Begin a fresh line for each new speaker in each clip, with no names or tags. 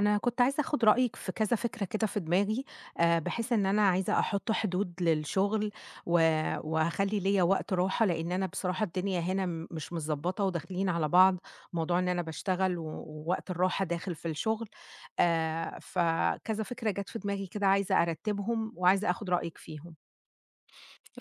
أنا كنت عايزة آخد رأيِك في كذا فكرة كده في دماغي، بحيث إن أنا عايزة أحُط حدود للشغل و وأخلّي ليّا وقت راحة، لإن أنا بصراحة الدنيا هنا مش متضبّطة وداخلين على بعض، موضوع إن أنا باشتغل و ووقت الراحة داخل في الشغل، فكذا فكرة جات في دماغي كده عايزة أرتّبهم وعايزة آخد رأيِك فيهم.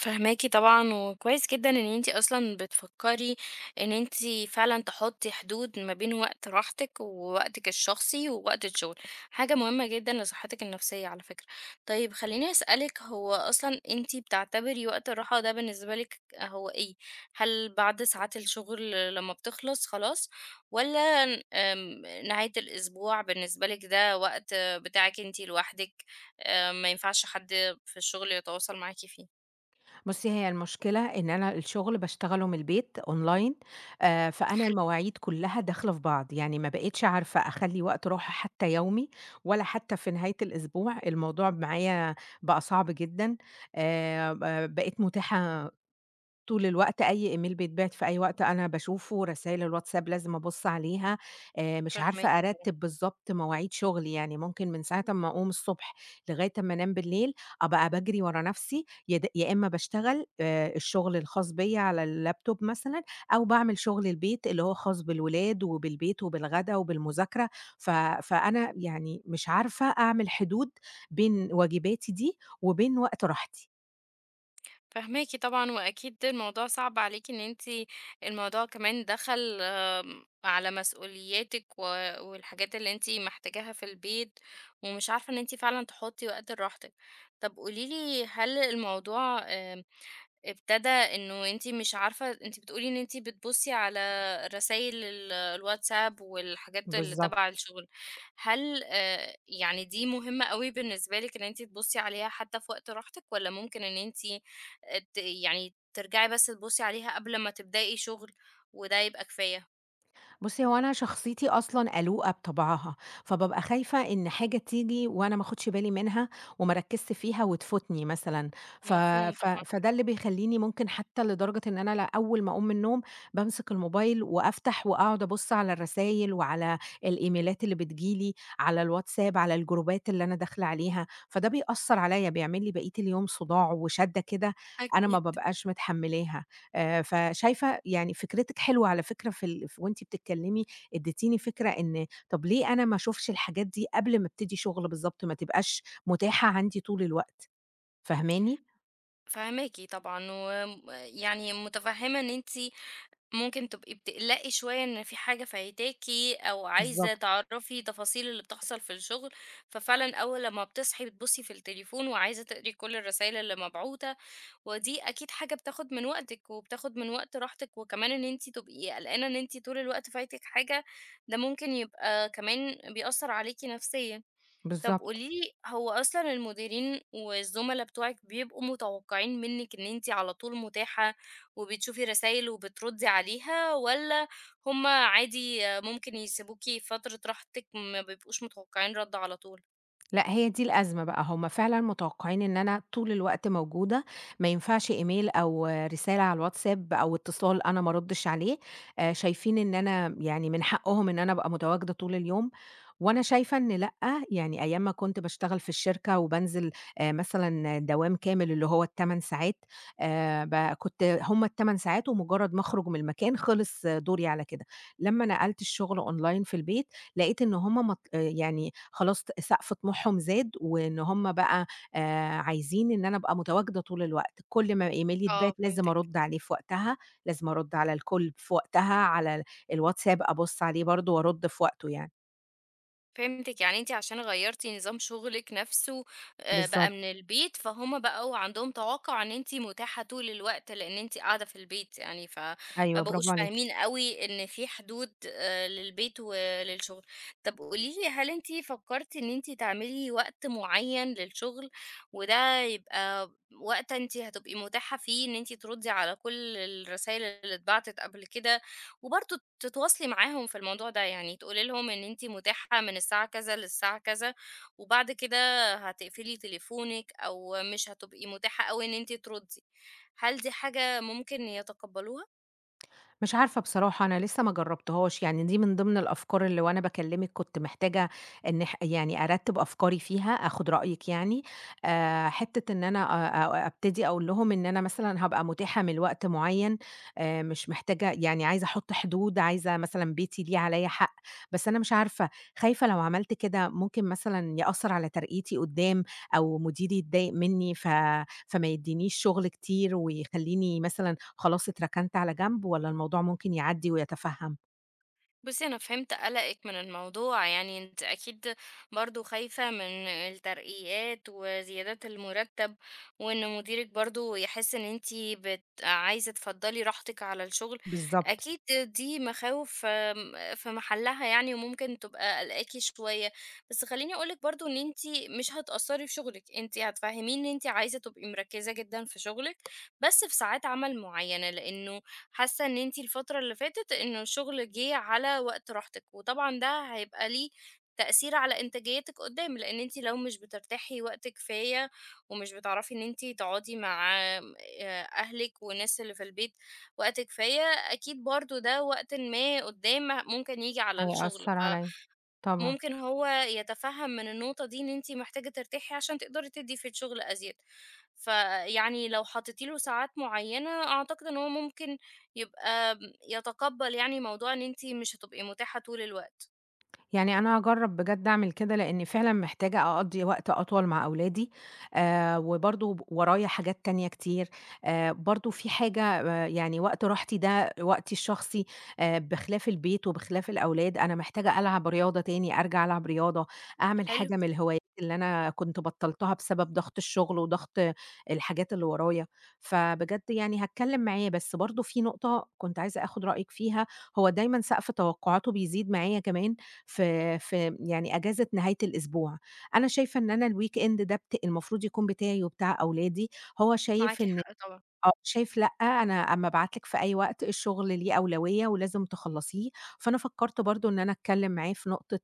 فاهماكِ طبعًا، وكويس جدًا إن أنتِ أصلًا بتفكّري إن أنتِ فعلًا تحطّي حدود ما بين وقت راحتِك ووقتِك الشخصي ووقت الشغل، حاجة مهمة جدًا لصحتِك النفسية على فكرة. طيب خلّيني أسألِك هو أصلًا أنتِ بتعتبري وقت الراحة ده بالنسبة لِك هو إيه؟ هل بعد ساعات الشغل لمّا بتخلص خلاص والّا ن آمم نهاية الأسبوع بالنسبة لِك ده وقت بتاعِك أنتِ لوحدِك، ما ينفعش حد في الشغل يتواصل معاكِ فيه؟
بُصّي، هي المشكلة إن أنا الشغل باشتغله من البيت أونلاين، فأنا المواعيد كلّها داخلة في بعض، يعني ما بقيتش عارفة أخلّي وقت راحة حتى يومي، ولا حتى في نهاية الأسبوع، الموضوع معايا بقى صعب جدًا، ب بقيت متاحة طول الوقت، أي إيميل بيتبعت في أي وقت أنا باشوفه، رسايل الواتساب لازم أبُص عليها، مش
فاهماكِ
عارفة
طبعًا،
أرتّب بالضبط مواعيد شغلي، يعني ممكن من ساعة أمّا أقوم الصبح لغاية أمّا أنام بالليل، أبقى باجري ورا نَفْسي، يا إمّا باشتغل الشغل الخاص بيّا على اللابتوب مثلًا، أو باعمل شغل البيت اللي هو خاص بالولاد وبالبيت وبالغدا وبالمذاكرة، ف فأنا يعني مش عارفة أعمل حدود بين واجباتي دي وبين وقت راحتي.
فاهماكِ طبعًا، وأكيد الموضوع صعب عليكِ إن أنتِ الموضوع كمان دخل، على مسؤولياتِك والحاجات اللي أنتِ محتاجاها في البيت، ومش عارفة إن أنتِ فعلًا تحطّي وقت لراحتِك. طب قولي لي هل الموضوع ابتدى إنه أنتِ مش عارفة أنتِ بتقولي إن أنتِ بتبُصّي على رسايل الواتساب والحاجات اللي
بالضبط.
تبع الشغل، هل يعني دي مهمة أوي بالنسبة لِك إن أنتِ تبُصّي عليها حتى في وقت راحتك والّا ممكن إن أنتِ آه، يعني ترجعي بس تبُصّي عليها قبل ما تبدئي شغل وده يبقى كفاية؟
بُصّي، هو أنا شخصيتي أصلًا قلوقة بطبعها، فبابقى خايفة إن حاجة تيجي وأنا ما آخُدش بالي منها وما أركّزش فيها وتفوتني مثلًا، ف
مفهوم
ف
طبعًا.
فده اللي بيخلّيني ممكن حتّى لدرجة إن أنا أول ما أقوم من النوم بامسك الموبايل وأفتح وأقعد أبُص على الرسايل وعلى الإيميلات اللي بتيجي لي، على الواتساب، على الجروبات اللي أنا داخلة عليها، فده بيأثّر عليّا، بيعمل لي بقية اليوم صداع وشَدّة كده أنا ما
أكيد.
بابقاش متحمّلاها. فشايفة يعني فكرتِك حلوة على فكرة، في ال ف وأنتِ بتتكلمي اديتيني فكرة إن طب ليه أنا ما اشوفش الحاجات دي قبل ما ابتدي شغل بالضبط، ما تبقاش متاحة عندي طول الوقت، فاهماني؟
فاهماكِ طبعًا، يعني متفهمة إن أنتِ ممكن تبقي بتقلقي شوية إن في حاجة فايتاكِ أو عايزة
بالضبط،
تعرفي تفاصيل اللي بتحصل في الشغل، ففعلًا أول لمّا بتصحي بتبُصي في التليفون وعايزة تقري كل الرسايل اللي مبعوتة، ودي أكيد حاجة بتاخد من وقتِك وبتاخد من وقت راحتِك، وكمان إن أنتِ تبقي قلقانة إن أنتِ طول الوقت فايتِك حاجة، ده ممكن يبقى كمان بيأثّر عليكِ نفسيًا. طب
بالضبط.
قولي لي، هو أصلًا المديرين والزملا بتوعِك بيبقوا متوقعين منِّك إن أنتِ على طول متاحة، وبتشوفي رسايل وبتردي عليها، والّا هُم عادي ممكن يسيبوكِ فترة راحتِك ما بيبقوش متوقعين رَد على طول؟
لأ، هي دي الأزمة بقى، هُم فعلًا متوقعين إن أنا طول الوقت موجودة، ما ينفعش إيميل أو رسالة على الواتساب أو اتصال أنا ما أردش عليه، شايفين إن أنا يعني من حقهم إن أنا أبقى متواجدة طول اليوم، وأنا شايفة إن لأ، يعني أيام ما كنت باشتغل في الشركة وبانزل مثلًا دوام كامل اللي هو ال8 ساعات، ب كنت هم ال8 ساعات، ومجرد ما أخرج من المكان خلص آه، دوري على كده، لمّا نقلت الشغل أونلاين في البيت، لقيت إن هم مط آه، يعني خلاص ط سقف طموحهم زاد، وإن هم بقى عايزين إن أنا أبقى متواجدة طول الوقت، كل ما إيميل
آه
يتبعت لازم
فهمتِك.
أرد عليه في وقتها، لازم أرد على الcall في وقتها، على الWhatsApp أبُص عليه برضه وأرد في وقته يعني.
فهمتِك، يعني أنتِ عشان غيّرتِ نظام شغلِك نفسه بقى
بالضبط.
من البيت، فهُم بقوا عندهم توقُّع إن أنتِ متاحة طول الوقت، لإن أنتِ قاعدة في البيت يعني، فما
أيوه، برافو
بقوش
عليكِ.
فاهمين أوي إن في حدود للبيت وللشغل. طَب قولي لي، هل أنتِ فكّرتِ إن أنتِ تعملي وقت معيّن للشغل، وده يبقى وقت أنتِ هتبقي متاحة فيه إن أنتِ تردّي على كل الرسايل اللي اتبعتت قبل كده وبرضه تتواصلي معاهم في الموضوع ده يعني تقولي لهم إن أنتِ متاحة من الساعة كذا للساعة كذا، وبعد كده هتقفلي تليفونِك أو مش هتبقي متاحة أوي إن أنتِ تردي. هل دي حاجة ممكن يتقبلوها؟
مش عارفة بصراحة، أنا لسه ما جرّبتهاش، يعني دي من ضمن الأفكار اللي وأنا باكلّمِك كنت محتاجة إن يعني أرتّب أفكاري فيها، آخُد رأيِك يعني. حتّة إن أنا أ أ أبتدي أقول لهم إن أنا مثلًا هابقى متاحة من وقت معيّن، مش محتاجة، يعني عايزة أحُط حدود، عايزة مثلًا بيتي ليه عليّا حق، بس أنا مش عارفة، خايفة لو عملت كده ممكن مثلًا يأثّر على ترقيتي قُدّام أو مديري يتضايق منّي ف فما يدّينيش شغل كتير ويخلّيني مثلًا خلاص اتركنت على جنب، والّا الموضوع ممكن يعدّي ويتفهّم؟
بُصّي، أنا فهمت قلقِك من الموضوع، يعني أنتِ أكيد برضه خايفة من الترقيات وزيادات المُرتّب، وإن مديرِك برضه يحِس إن أنتِ عايزة تفضّلي راحتِك على الشغل،
بالضبط،
أكيد دي مخاوف، في محلّها يعني وممكن تبقى قلقاكِ شوية، بس خلّيني أقول لِك برضه إن أنتِ مش هتأثّري في شغلِك، أنتِ هتفهّميه إن أنتِ عايزة تبقي مركّزة جدًا في شغلِك، بس في ساعات عمل معيّنة، لإنه حاسة إن أنتِ الفترة اللي فاتت إنه الشغل جِه على وقت راحتِك، وطبعًا ده هيبقى ليه تأثير على إنتاجيتِك قدّام، لإن أنتِ لو مش بترتاحي وقت كفاية ومش بتعرفي إن أنتِ تقعدي مع آمم، أهلِك والناس اللي في البيت وقت كفاية، أكيد برضه ده وقتٍ ما قدّام ممكن ييجي على الشغل،
هيأثّر عليَّ، طبعًا.
ممكن هو يتفهم من النقطة دي إن أنتِ محتاجة ترتاحي عشان تقدري تدّي في الشغل أزيد، فيعني لو حطيتِ له ساعات معيّنة أعتقد إن هو ممكن يبقى م يتقبّل يعني موضوع إن أنتِ مش هتبقي متاحة طول الوقت،
يعني أنا هاجرّب بجد أعمل كده، لإني فعلًا محتاجة أقضّي وقت أطول مع أولادي، وبرضه ورايا حاجات تانية كتير، برضه في حاجة، يعني وقت راحتي ده وقتي الشخصي، بخلاف البيت وبخلاف الأولاد، أنا محتاجة ألعب رياضة تاني، أرجع ألعب رياضة، أعمل
حلو،
حاجة من الهوايات اللي أنا كنت بطّلتها بسبب ضغط الشغل وضغط الحاجات اللي ورايا، فبجد يعني هاتكلّم معاه، بس برضه في نقطة كنت عايزة آخُد رأيِك فيها، هو دايمًا سقف توقعاته بيزيد معايا كمان، في يعني أجازة نهاية الأسبوع. أنا شايفة إن أنا الweekend ده المفروض يكون بتاعي وبتاع أولادي، هو شايف
معاكِ
إن
حق طبعًا.
آه، شايف لأ، أنا أمّا أبعت لِك في أي وقت الشغل ليه أولوية ولازم تخلّصيه، فأنا فكّرت برضه إن أنا أتكلّم معاه في نقطة،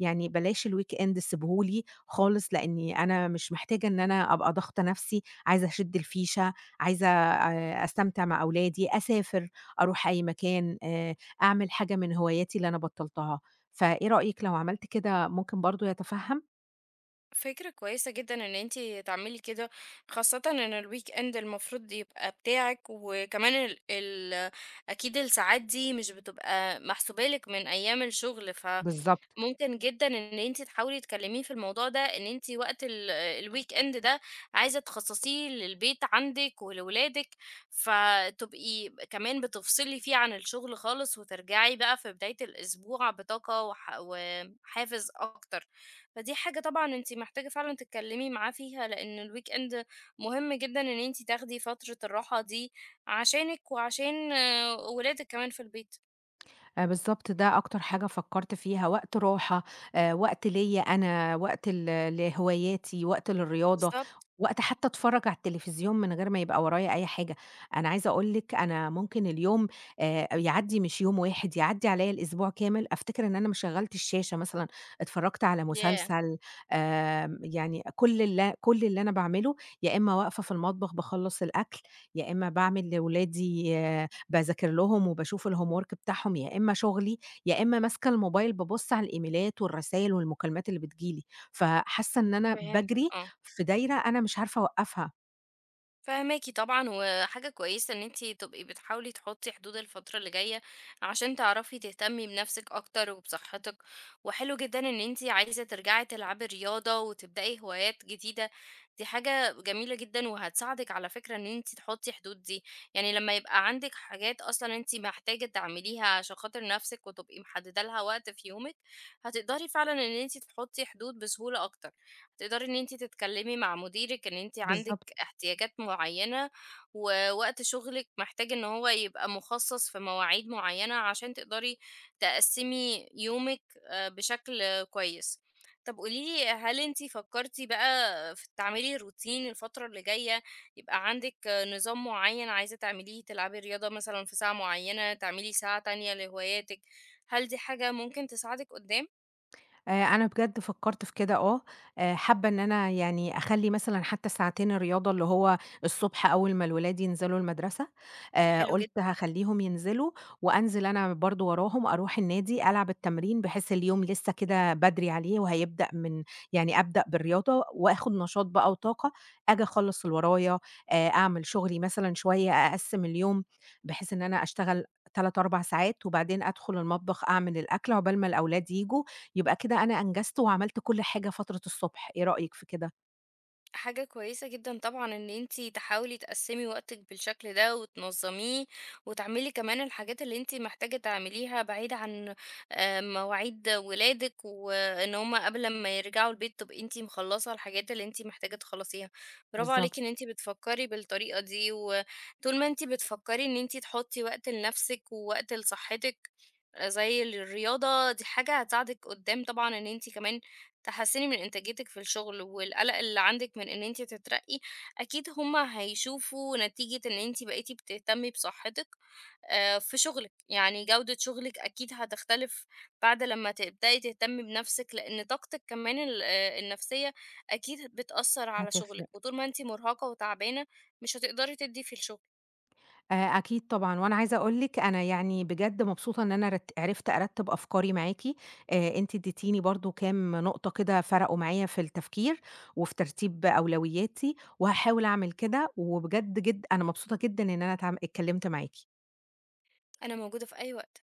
يعني بلاش الweekend سيبه لي خالص، لإني أنا مش محتاجة إن أنا أبقى ضاغطة نَفْسي، عايزة أشِد الفيشة، عايزة أستمتع مع أولادي، أسافر، أروح أي مكان، أعمل حاجة من هواياتي اللي أنا بطّلتها، فإيه رأيِك لو عملت كده ممكن برضه يتفهَّم؟
فكرة كويسة جدًا إن أنتِ تعملي كده، خاصةً إن الweekend المفروض يبقى بتاعِك، وكمان ال ال أكيد الساعات دي مش بتبقى محسوبة لِك من أيام الشغل،
بالضبط.
ممكن جدًا إن أنتِ تحاولي تكلميه في الموضوع ده، إن أنتِ وقت الweekend ده عايزة تخصصيه للبيت عندِك ولولادِك، فتبقي كمان بتفصلي فيه عن الشغل خالص، وترجعي بقى في بداية الأسبوع بطاقة وحافز أكتر. فدي حاجة طبعًا أنتِ محتاجة فعلًا تتكلمي معاه فيها، لإن الweekend مهم جدًا إن أنتِ تاخدي فترة الراحة دي عشانِك وعشان آه، ولادِك كمان في البيت.
آه، بالضبط، ده أكتر حاجة فكّرت فيها، وقت راحة، وقت ليّا أنا، وقت ل لهواياتي، وقت للرياضة،
بالضبط.
وقت حتى أتفرّج على التلفزيون من غير ما يبقى ورايا أي حاجة. أنا عايزة أقول لِك أنا ممكن اليوم، يعدّي مش يوم واحد، يعدّي عليّا الأسبوع كامل، أفتكر إن أنا ما شغّلت الشاشة مثلًا، اتفرّجت على
ياه!
مسلسل، يعني كل اللي أنا باعمله، يا إمّا واقفة في المطبخ باخلّص الأكل، يا إمّا باعمل لولادي آه، باذاكر لهم وباشوف الhomework بتاعهم، يا إمّا شغلي، يا إمّا ماسكة الموبايل بابُص على الإيميلات والرسايل والمكالمات اللي بتيجي لي، فحاسة إن أنا
فهمتِك،
باجري
آه.
في دايرة أنا مش عارفة أوقّفها.
فاهماكِ طبعًا، وحاجة كويسة إن أنتِ تبقي بتحاولي تحطّي حدود الفترة اللي جاية، عشان تعرفي تهتمي بنفسِك أكتر وبصحتِك، وحلو جدًا إن أنتِ عايزة ترجعي تلعبي رياضة وتبدئي هوايات جديدة، دي حاجة جميلة جدًا وهتساعدِك على فكرة إن أنتِ تحطّي حدود دي، يعني لمّا يبقى عندِك حاجات أصلًا أنتِ محتاجة تعمليها عشان خاطر نفسِك وتبقي محددة لها وقت في يومِك، هتقدري فعلًا إن أنتِ تحطّي حدود بسهولة أكتر، هتقدري إن أنتِ تتكلمي مع مديرِك إن أنتِ عندِك
بالضبط.
احتياجات معينة ووقت شغلِك محتاج إن هو يبقى مخصص في مواعيد معينة عشان تقدري تقسّمي يومِك بشكل كويس. طب قولي لي هل أنتِ فكرتِ بقى في تعملي روتين الفترة اللي جاية، يبقى عندِك آه، نظام معين عايزة تعمليه، تلعبي رياضة مثلًا في ساعة معينة، تعملي ساعة تانية لهواياتِك، هل دي حاجة ممكن تساعدِك قدّام؟
أنا بجد فكّرت في كده آه، حابة إن أنا يعني أخلّي مثلًا حتى ساعتين الرياضة اللي هو الصبح أول ما الولاد ينزلوا المدرسة،
حلو جدًا.
قُلت هاخلّيهم ينزلوا وأنزل أنا برضه وراهم أروح النادي ألعب التمرين، بحيث اليوم لسه كده بدري عليه وهيبدأ من يعني أبدأ بالرياضة وآخُد نشاط بقى وطاقة، آجي أخلّص اللي ورايا، أعمل شغلي مثلًا شوية، أقسّم اليوم بحيث إن أنا أشتغل 3، 4 ساعات وبعدين أدخل المطبخ أعمل الأكل عقبال ما الأولاد ييجوا، يبقى كده أنا أنجزت وعملت كل حاجة فترة الصبح، إيه رأيك في كده؟
حاجة كويسة جدًا طبعًا إن أنتِ تحاولي تقسّمي وقتِك بالشكل ده وتنظّميه، وتعملي كمان الحاجات اللي أنتِ محتاجة تعمليها بعيد عن مواعيد ولادِك، وإن هُم قبل ما يرجعوا البيت تبقي أنتِ مخلّصة الحاجات اللي أنتِ محتاجة تخلّصيها. برافو عليكِ
بالضبط،
إن أنتِ بتفكّري بالطريقة دي، وطول ما أنتِ بتفكّري إن أنتِ تحطّي وقت لنَفْسِك ووقت لصحّتِك آه، زي الرياضة، دي حاجة هتساعدِك قدّام طبعًا إن أنتِ كمان تحسّني من إنتاجيتِك في الشغل والقلق اللي عندِك من إن أنتِ تترقّي، أكيد هُم هيشوفوا نتيجة إن أنتِ بقيتِ بتهتمي بصحتِك في شغلِك، يعني جودة شغلِك أكيد هتختلف بعد لمّا تبدئي تهتمي بنَفْسِك، لإن طاقتِك كمان ال النَفْسية أكيد بتأثّر على شغلِك،
هتفرق.
وطول ما أنتِ مُرهقة وتعبانة مش هتقدري تدّي في الشغل.
أكيد طبعًا، وأنا عايزة أقول لِك أنا يعني بجد مبسوطة إن أنا عرفت أرتّب أفكاري معاكِ، أنتِ اديتيني برضه كام نقطة كده فرقوا معايا في التفكير، وفي ترتيب أولوياتي، وهاحاول أعمل كده، وبجد جد أنا مبسوطة جدًا إن أنا اتكلمت معاكِ.
أنا موجودة في أي وقت.